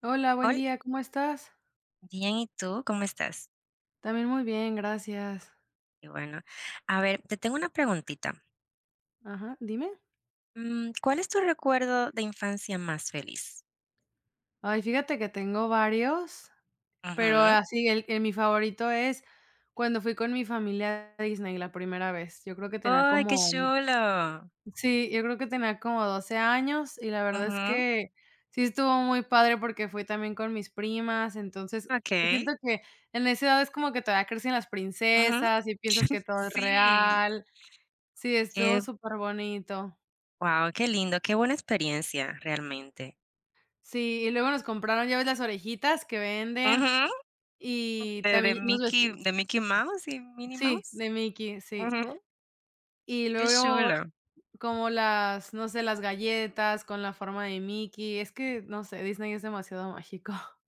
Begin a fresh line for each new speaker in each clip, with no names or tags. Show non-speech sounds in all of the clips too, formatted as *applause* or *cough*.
Hola, buen
Hola,
día, ¿cómo estás?
bien, ¿y tú? ¿Cómo estás?
También muy bien, gracias.
Y bueno, a ver, te tengo una preguntita.
Ajá, dime.
¿Cuál es tu recuerdo de infancia más feliz?
Ay, fíjate que tengo varios, pero
Ujú.
así, mi favorito es cuando fui con mi familia a Disney la primera vez. Yo creo que tenía
¡Ay, qué
como,
chulo!
sí, yo creo que tenía como 12 años y la verdad es
Ujú.
que sí estuvo muy padre porque fui también con mis primas, entonces
Ok.
siento que en esa edad es como que todavía crecen las
Ujú.
princesas y piensas que todo es
Sí.
real. Sí, estuvo
Qué,
súper bonito.
wow, qué lindo, qué buena experiencia realmente.
Sí, y luego nos compraron, ya ves las orejitas que venden,
Ujú.
y
De
también nos vesti
Mickey, de Mickey Mouse y Minnie
sí,
Mouse.
de Mickey, sí.
Ujú.
Y
Qué
luego
chulo.
como las, no sé, las galletas con la forma de Mickey, es que, no sé, Disney es demasiado mágico. *laughs*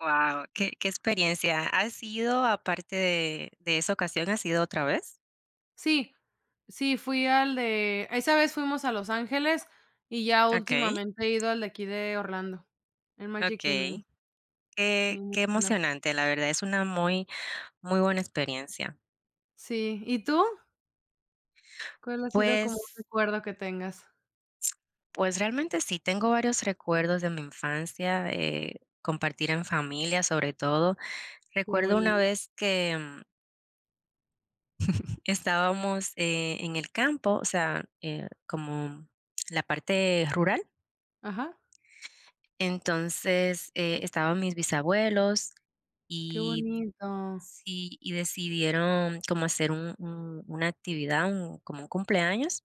Wow, qué experiencia. ¿Ha sido, aparte de esa ocasión, ha sido otra vez?
Sí, sí, fui al de esa vez fuimos a Los Ángeles y ya
Ok.
últimamente he ido al de aquí de Orlando, el Magic Kingdom.
Okey,
Sí,
qué
muy
qué
lindo.
emocionante, la verdad, es una muy, muy buena experiencia.
Sí, ¿y tú? ¿Cuál ha sido como un
Pues
recuerdo que tengas?
pues realmente sí, tengo varios recuerdos de mi infancia, compartir en familia, sobre todo.
Sí, muy
Recuerdo una
lindo.
vez que, estábamos, en el campo, o sea, como la parte rural.
Ajá,
Entonces, estaban mis bisabuelos
qué
y,
bonito.
sí, y decidieron como hacer un una actividad, un como un cumpleaños,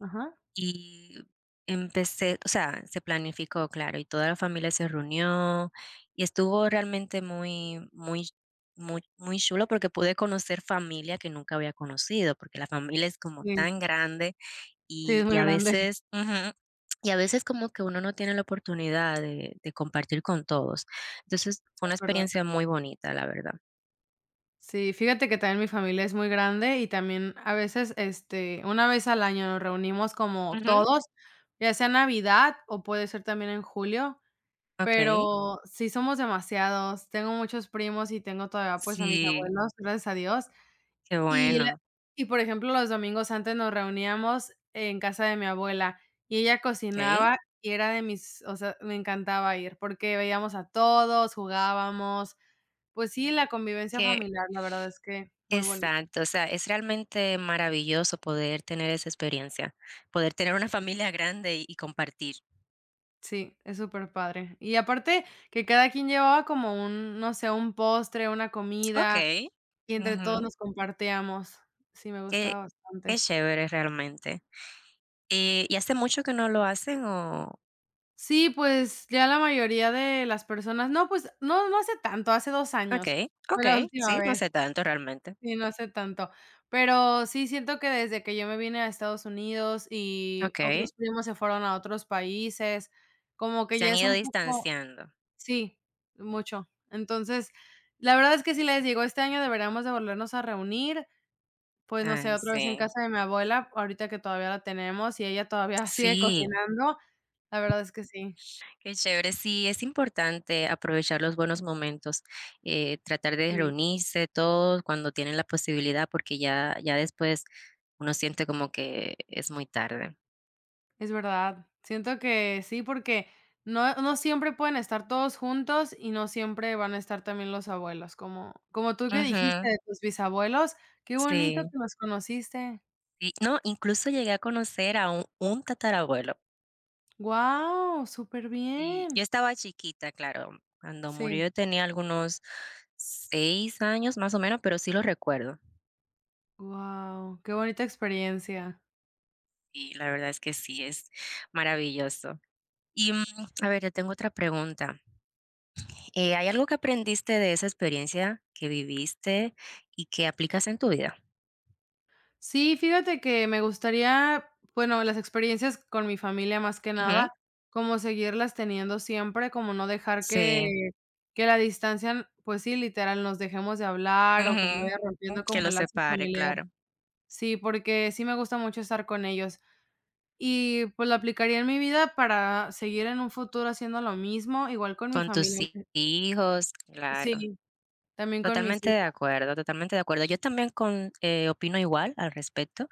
Ajá.
y empecé o sea, se planificó, claro, y toda la familia se reunió, y estuvo realmente muy muy muy muy chulo porque pude conocer familia que nunca había conocido, porque la familia es como
Sí,
tan grande
sí, es
y
muy
y a
grande, *laughs* es
veces, ujú, y a veces como que uno no tiene la oportunidad de compartir con todos. Entonces, fue una
verdad.
experiencia muy bonita, la verdad.
Sí, fíjate que también mi familia es muy grande y también a veces, este, una vez al año nos reunimos como todos, ya sea Navidad o puede ser también en julio,
Okey.
pero sí somos demasiados. Tengo muchos primos y tengo todavía, pues, a mis
Sí.
abuelos, gracias a Dios.
Qué
Y la
bueno,
y, por ejemplo, los domingos antes nos reuníamos en casa de mi abuela y ella
okey.
cocinaba y era de mis o sea, me encantaba ir porque veíamos a todos, jugábamos. Pues sí, la convivencia
Qué
familiar, la verdad es que muy bonito.
Exacto, o sea, es realmente maravilloso poder tener esa experiencia, poder tener una familia grande y compartir.
Sí, es súper padre. Y aparte que cada quien llevaba como un, no sé, un postre, una comida,
Okey.
y entre todos
Ujú.
nos compartíamos. Sí, me
Qué
gustaba
qué
bastante.
chévere realmente. ¿Y hace mucho que no lo hacen o?
Sí, pues ya la mayoría de las personas no, pues no, no hace tanto, hace 2 años
Okey,
fue la
okey,
última
sí, no hace
vez.
tanto realmente.
Sí, no hace tanto. Pero sí siento que desde que yo me vine a Estados Unidos y
Okey.
otros primos se fueron a otros países, como que
Se
ya
han
es
ido
un poco
distanciando.
sí, mucho. Entonces, la verdad es que si les digo, este año deberíamos de volvernos a reunir, pues, no sé,
Ay,
otra vez en
sí.
casa de mi abuela, ahorita que todavía la tenemos y ella todavía *laughs* sigue
Sí.
cocinando, la verdad es que sí,
Qué chévere. Sí, es importante aprovechar los buenos momentos, tratar de
sí,
reunirse todos cuando tienen la posibilidad, porque ya después uno siente como que es muy tarde.
es verdad. Siento que sí, porque no siempre pueden estar todos juntos y no siempre van a estar también los abuelos, como tú que dijiste
Ujú,
de tus bisabuelos, qué bonito
sí,
que los conociste.
sí. No, incluso llegué a conocer a un tatarabuelo.
Wow, súper
Y yo
bien.
estaba chiquita, claro. Cuando
Sí.
murió yo tenía algunos 6 años más o menos, pero sí lo recuerdo.
Wow, qué bonita experiencia.
Y la verdad es que sí, es maravilloso. Y a ver, yo tengo otra pregunta. ¿Hay algo que aprendiste de esa experiencia que viviste y que aplicas en tu vida?
Sí, fíjate que me gustaría, bueno, las experiencias con mi familia más que
Ujú.
nada, como seguirlas teniendo siempre, como no dejar
Sí.
que la distancia, pues sí, literal, nos dejemos de hablar o que se vaya
Ujú.
rompiendo
Que
como
lo
el lazo
separe,
familiar.
claro.
Sí, porque sí me gusta mucho estar con ellos. Y pues lo aplicaría en mi vida para seguir en un futuro haciendo lo mismo, igual con mi
Con tus
familia.
hijos, claro.
Sí, también con mis
Totalmente de
hijos.
acuerdo, totalmente de acuerdo. Yo también con opino igual al respecto.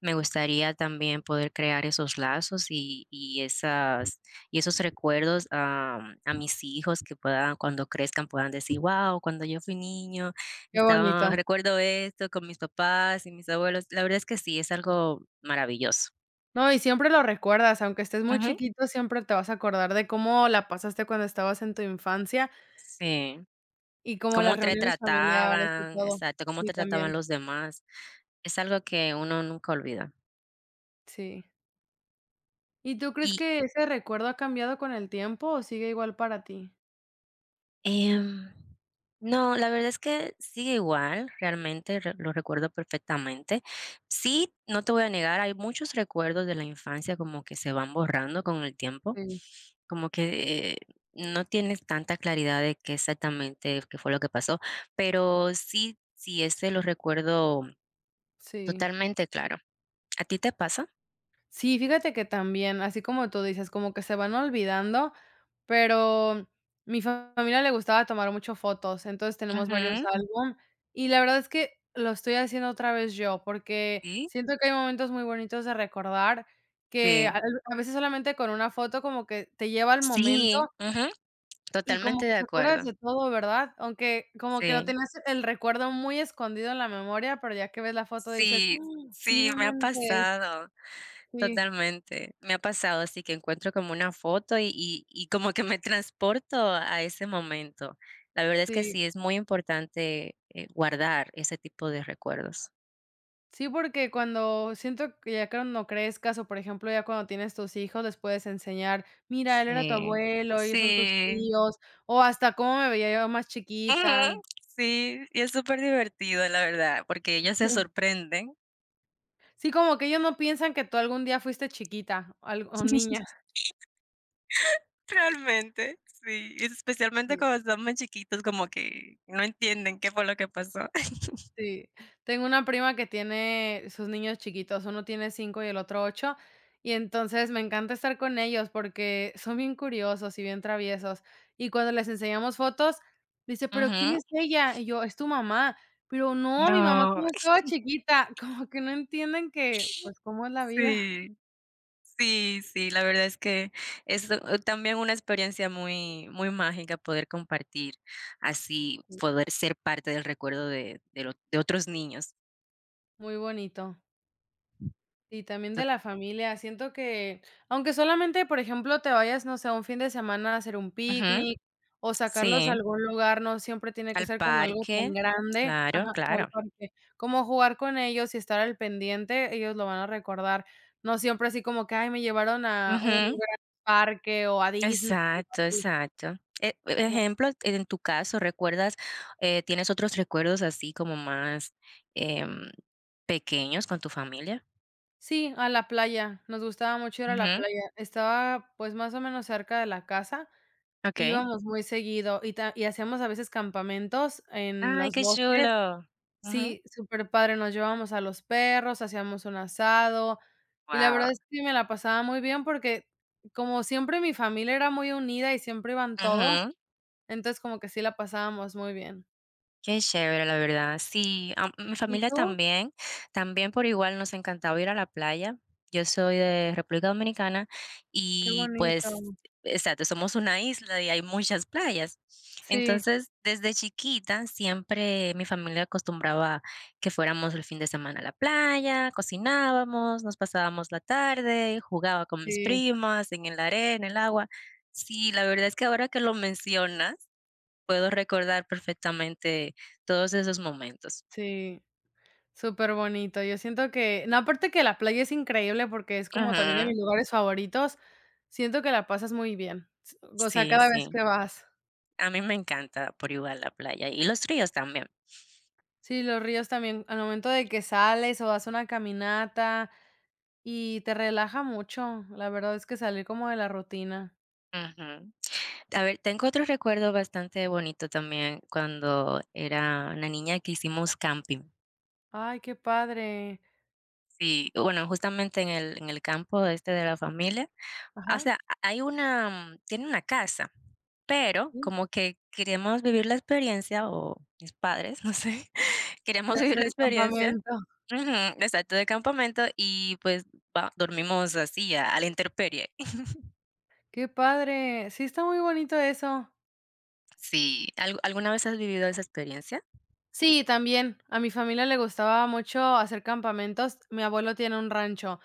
Me gustaría también poder crear esos lazos y y esos recuerdos a mis hijos que puedan, cuando crezcan, puedan decir, wow, cuando yo fui niño,
Qué bonito.
*laughs* recuerdo esto con mis papás y mis abuelos. La verdad es que sí, es algo maravilloso.
No, y siempre lo recuerdas, aunque estés muy
Ujú.
chiquito, siempre te vas a acordar de cómo la pasaste cuando estabas en tu infancia
Sí,
y como las
cómo te
reuniones familiares y
trataban,
todo.
exacto, cómo
Sí,
te trataban
también,
los demás. Es algo que uno nunca olvida.
sí. ¿Y tú crees
Y,
que ese recuerdo ha cambiado con el tiempo o sigue igual para ti?
Em, no, la verdad es que sigue igual, realmente lo recuerdo perfectamente. Sí, no te voy a negar, hay muchos recuerdos de la infancia como que se van borrando con el tiempo,
Sí,
como que no tienes tanta claridad de qué exactamente qué fue lo que pasó, pero sí, sí, ese lo recuerdo
sí.
totalmente claro. ¿A ti te pasa?
Sí, fíjate que también, así como tú dices, como que se van olvidando, pero mi familia le gustaba tomar mucho fotos, entonces tenemos varios
Ujú,
álbum y la verdad es que lo estoy haciendo otra vez yo, porque
sí,
siento que hay momentos muy bonitos de recordar que
sí,
a veces solamente con una foto como que te lleva al momento
sí, ujú,
y como
totalmente
que
de
te acuerdas
acuerdo.
de todo, ¿verdad? Aunque como que lo
Sí,
tenías el recuerdo muy escondido en la memoria, pero ya que ves la foto dices:
sí,
"Ah, sí,
sí,
no
me ha
inventes,
pasado.
sí,
Totalmente. Me ha pasado así que encuentro como una foto y como que me transporto a ese momento. La verdad es que
sí".
sí, es muy importante, guardar ese tipo de recuerdos.
Sí, porque cuando siento que ya cuando crezcas, o por ejemplo, ya cuando tienes tus hijos, les puedes enseñar, mira, él era tu
Sí,
abuelo, ellos son tus
sí,
tíos, o hasta cómo me veía yo más chiquita.
ujú, sí, y es súper divertido la verdad, porque ellos se
*laughs*
sorprenden.
Sí, como que ellos no piensan que tú algún día fuiste chiquita, o niña.
*laughs* Realmente, sí, y especialmente cuando están muy chiquitos, como que no entienden qué fue lo que pasó. *laughs*
Sí, tengo una prima que tiene sus niños chiquitos, uno tiene 5 y el otro 8, y entonces me encanta estar con ellos porque son bien curiosos y bien traviesos. Y cuando les enseñamos fotos, dice: "¿Pero quién
Ujú.
es ella?". Y yo: "Es tu mamá". "Pero no, mi mamá
No,
cuando estaba chiquita", *laughs* como que no entienden que, pues, cómo es la vida.
sí. Sí, sí, la verdad es que es también una experiencia muy, muy mágica poder compartir así, poder ser parte del recuerdo de lo de otros niños.
Muy bonito. Y también de
To
la familia, siento que, aunque solamente, por ejemplo, te vayas, no sé, un fin de semana a hacer un
Ujú,
picnic o sacarlos a
sí,
algún lugar, no siempre tiene que
al
ser como algo tan
parque,
grande,
claro,
ajá, o al
claro.
parque, como jugar con ellos y estar al pendiente, ellos lo van a recordar, no siempre así como que, ay, me llevaron a un
Ujú,
gran parque o a Disney, así
exacto, exacto.
como
Ejemplo, en tu caso, ¿recuerdas, tienes otros recuerdos así como más, em, pequeños con tu familia?
sí, a la playa, nos gustaba mucho ir a la
Ujú,
playa, estaba, pues, más o menos cerca de la casa.
okey.
Íbamos muy seguido y ta y hacíamos a veces campamentos en
Ay,
los
qué
bosques.
chulo. Ujú,
Sí, súper padre, nos llevábamos a los perros, hacíamos un asado, y la
guau.
verdad es que me la pasaba muy bien porque, como siempre mi familia era muy unida y siempre iban todos,
Ujú.
entonces como que sí la pasábamos muy bien.
Qué chévere, la verdad. Sí, mi
¿Y
familia
tú?
también, también por igual nos encantaba ir a la playa. Yo soy de República Dominicana
Qué
y pues,
bonito.
exacto, somos una isla y hay muchas playas.
Sí,
Entonces, desde chiquita siempre mi familia acostumbraba que fuéramos el fin de semana a la playa, cocinábamos, nos pasábamos la tarde, jugaba con mis
sí,
primas en el arena, en el agua. Sí, la verdad es que ahora que lo mencionas, puedo recordar perfectamente todos esos momentos.
sí. Súper bonito. Yo siento que no, aparte que la playa es increíble porque es como también de
Ujú.
mis lugares favoritos, siento que la pasas muy bien, s o sea,
Sí,
cada vez
sí.
que vas.
A mí me encanta por igual la playa y los ríos también.
Sí, los ríos también, al momento de que sales o das una caminata y te relaja mucho, la verdad es que salir como de la rutina.
Ujú. A ver, tengo otro recuerdo bastante bonito también cuando era una niña que hicimos camping.
Ay, qué padre.
Sí, bueno, justamente en el campo este de la familia. O
Ajá,
sea, hay una tiene una casa, pero
sí,
como que queremos vivir la experiencia, o mis padres, *laughs* no sé, *laughs*
de
queremos vivir
hacer
la
el
experiencia.
campamento.
Ujú, exacto, de campamento y, pues, va dormimos así, a la intemperie. *laughs*
Qué padre. Sí, está muy bonito eso.
Sí, ¿al alguna vez has vivido esa experiencia?
Sí, también, a mi familia le gustaba mucho hacer campamentos. Mi abuelo tiene un rancho.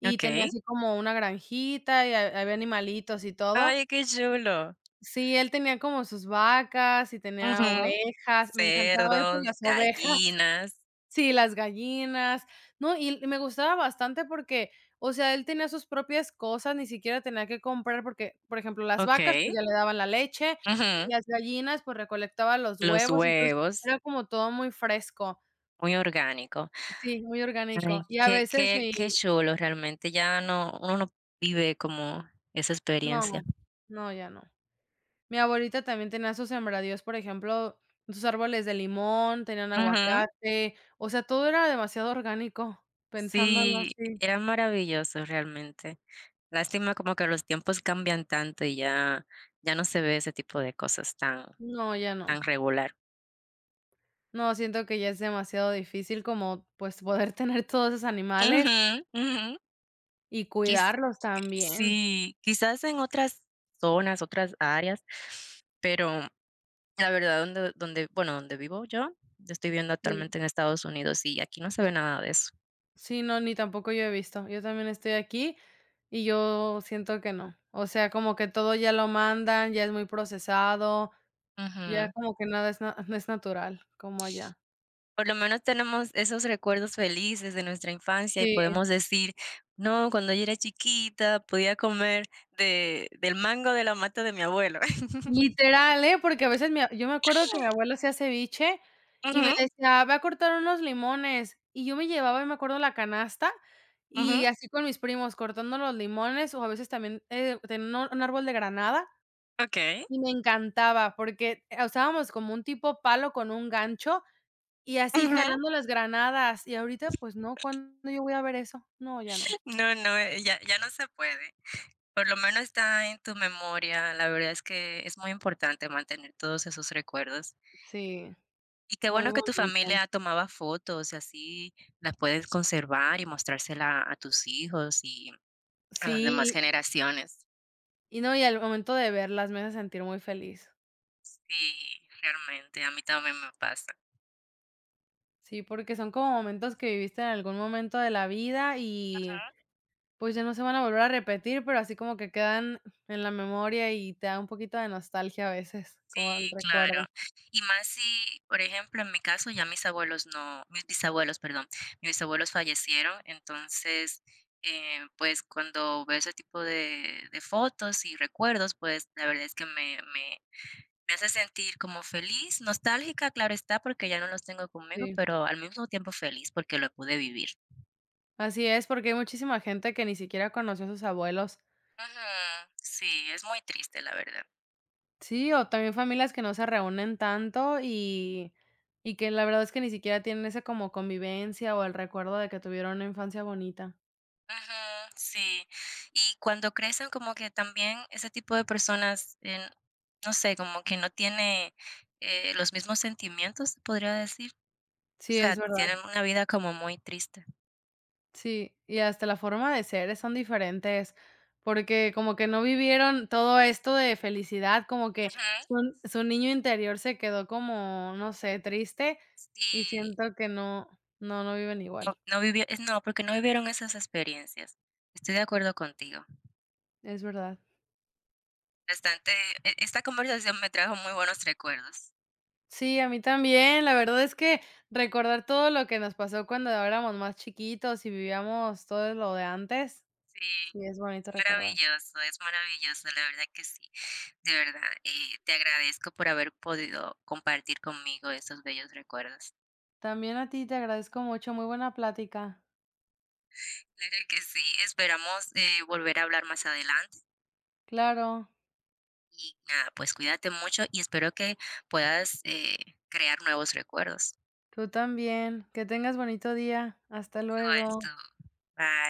Y tenía
Okey.
así como una granjita y ha había animalitos y todo.
Ay, qué chulo.
Sí, él tenía como sus vacas y tenía
Ujú.
ovejas. Me encantaba ir por
Cerdos,
las ovejas. *laughs*
gallinas.
Sí, las gallinas. No, y me gustaba bastante porque, o sea, él tenía sus propias cosas, ni siquiera tenía que comprar porque, por ejemplo, las vacas,
Okey.
pues, ya le daban la leche,
Ujú.
y las gallinas, pues, recolectaba los
Los
huevos, entonces
huevos,
era como todo muy fresco.
muy orgánico.
Sí, muy orgánico.
Ay,
Y a
qué
veces
qué
mi
qué chulo realmente, ya no uno no vive como esa experiencia.
no, no, ya no. Mi abuelita también tenía sus sembradíos, por ejemplo, sus árboles de limón, tenían
Ujú.
aguacate, o sea, todo era demasiado orgánico, pensándolo
Sí,
así.
era maravilloso realmente. Lástima como que los tiempos cambian tanto y ya no se ve ese tipo de cosas tan
No, ya no.
tan regular.
No, siento que ya es demasiado difícil como, pues, poder *laughs* tener todos esos animales
Ujú, ujú.
y
Quiz
cuidarlos también.
Sí, quizás en otras zonas, otras áreas, pero la verdad donde, bueno, donde vivo yo, estoy viviendo
Sí.
actualmente en Estados Unidos y aquí no se ve nada de eso.
Sí, no, ni tampoco yo he visto. Yo también estoy aquí y yo siento que no. O sea, como que todo ya lo mandan, ya es muy procesado, ya
Ujú.
como que nada es na *laughs* no es natural como allá.
Por lo menos tenemos esos recuerdos felices de nuestra infancia y
Sí.
podemos decir: "No, cuando yo era chiquita podía comer de del mango de la mata de mi abuelo". *laughs*
Literal, ¿eh? Porque a veces mi a yo me acuerdo que mi abuelo hacía ceviche y me
Ujú,
decía: "Ve a cortar unos limones", y yo me llevaba, me acuerdo, la canasta y
ujú,
así con mis primos cortando los limones, o a veces también, tenía un árbol de granada
okey.
y me encantaba porque, usábamos como un tipo palo con un gancho y así
Ujú.
jalando las granadas, y ahorita, pues no, ¿cuándo yo voy a ver eso? No, ya no.
No, no, ya no se puede. Por lo menos está en tu memoria. La verdad es que es muy importante mantener todos esos recuerdos.
Sí,
Y qué
muy
bueno que tu
bonito.
familia tomaba fotos y así las puedes conservar y mostrársela a tus hijos y a las demás
Sí,
generaciones.
y no, y al momento de verlas me hace sentir muy feliz.
Sí, realmente, a mí también me pasa.
Sí, porque son como momentos que viviste en algún momento de la vida y,
Ajá.
pues, ya no se van a volver a repetir, pero así como que quedan en la memoria y te da un poquito de nostalgia a veces, como el
Sí,
recuerdo.
claro. Y más si, por ejemplo, en mi caso, ya mis abuelos no, mis bisabuelos, perdón, mis bisabuelos fallecieron, entonces, pues cuando veo ese tipo de fotos y recuerdos, pues la verdad es que me hace sentir como feliz, nostálgica, claro está, porque ya no los tengo conmigo,
Sí,
pero al mismo tiempo feliz porque lo pude vivir.
así es, porque hay muchísima gente que ni siquiera conoció a sus abuelos.
Ujú. Sí, es muy triste, la verdad.
Sí, o también familias que no se reúnen tanto y que la verdad es que ni siquiera tienen esa como convivencia o el recuerdo de que tuvieron una infancia bonita.
Ujú, sí. Y cuando crecen, como que también ese tipo de personas, no sé, como que no tiene los mismos sentimientos, se podría decir. O
Sí,
sea,
es verdad.
tienen una vida como muy triste.
Sí, y hasta la forma de ser son diferentes, porque como que no vivieron todo esto de felicidad, como que
Ujú,
su niño interior se quedó como, no sé, triste, y
sí.
siento que no no viven igual,
No, no no, porque no vivieron esas experiencias. Estoy de acuerdo contigo.
es verdad.
Bastante, esta conversación me trajo muy buenos recuerdos.
Sí, a mí también, la verdad es que recordar todo lo que nos pasó cuando éramos más chiquitos y vivíamos todo lo de antes,
Sí.
sí, es bonito recordar.
Es maravilloso, la verdad que sí. De verdad, te agradezco por haber podido compartir conmigo esos bellos recuerdos.
También a ti te agradezco mucho, muy buena plática.
Claro que sí, esperamos volver a hablar más adelante
Claro.
y nada, pues cuídate mucho y espero que puedas crear nuevos recuerdos.
Tú también. Que tengas bonito día. Hasta
Igual
luego.
tú. Bye.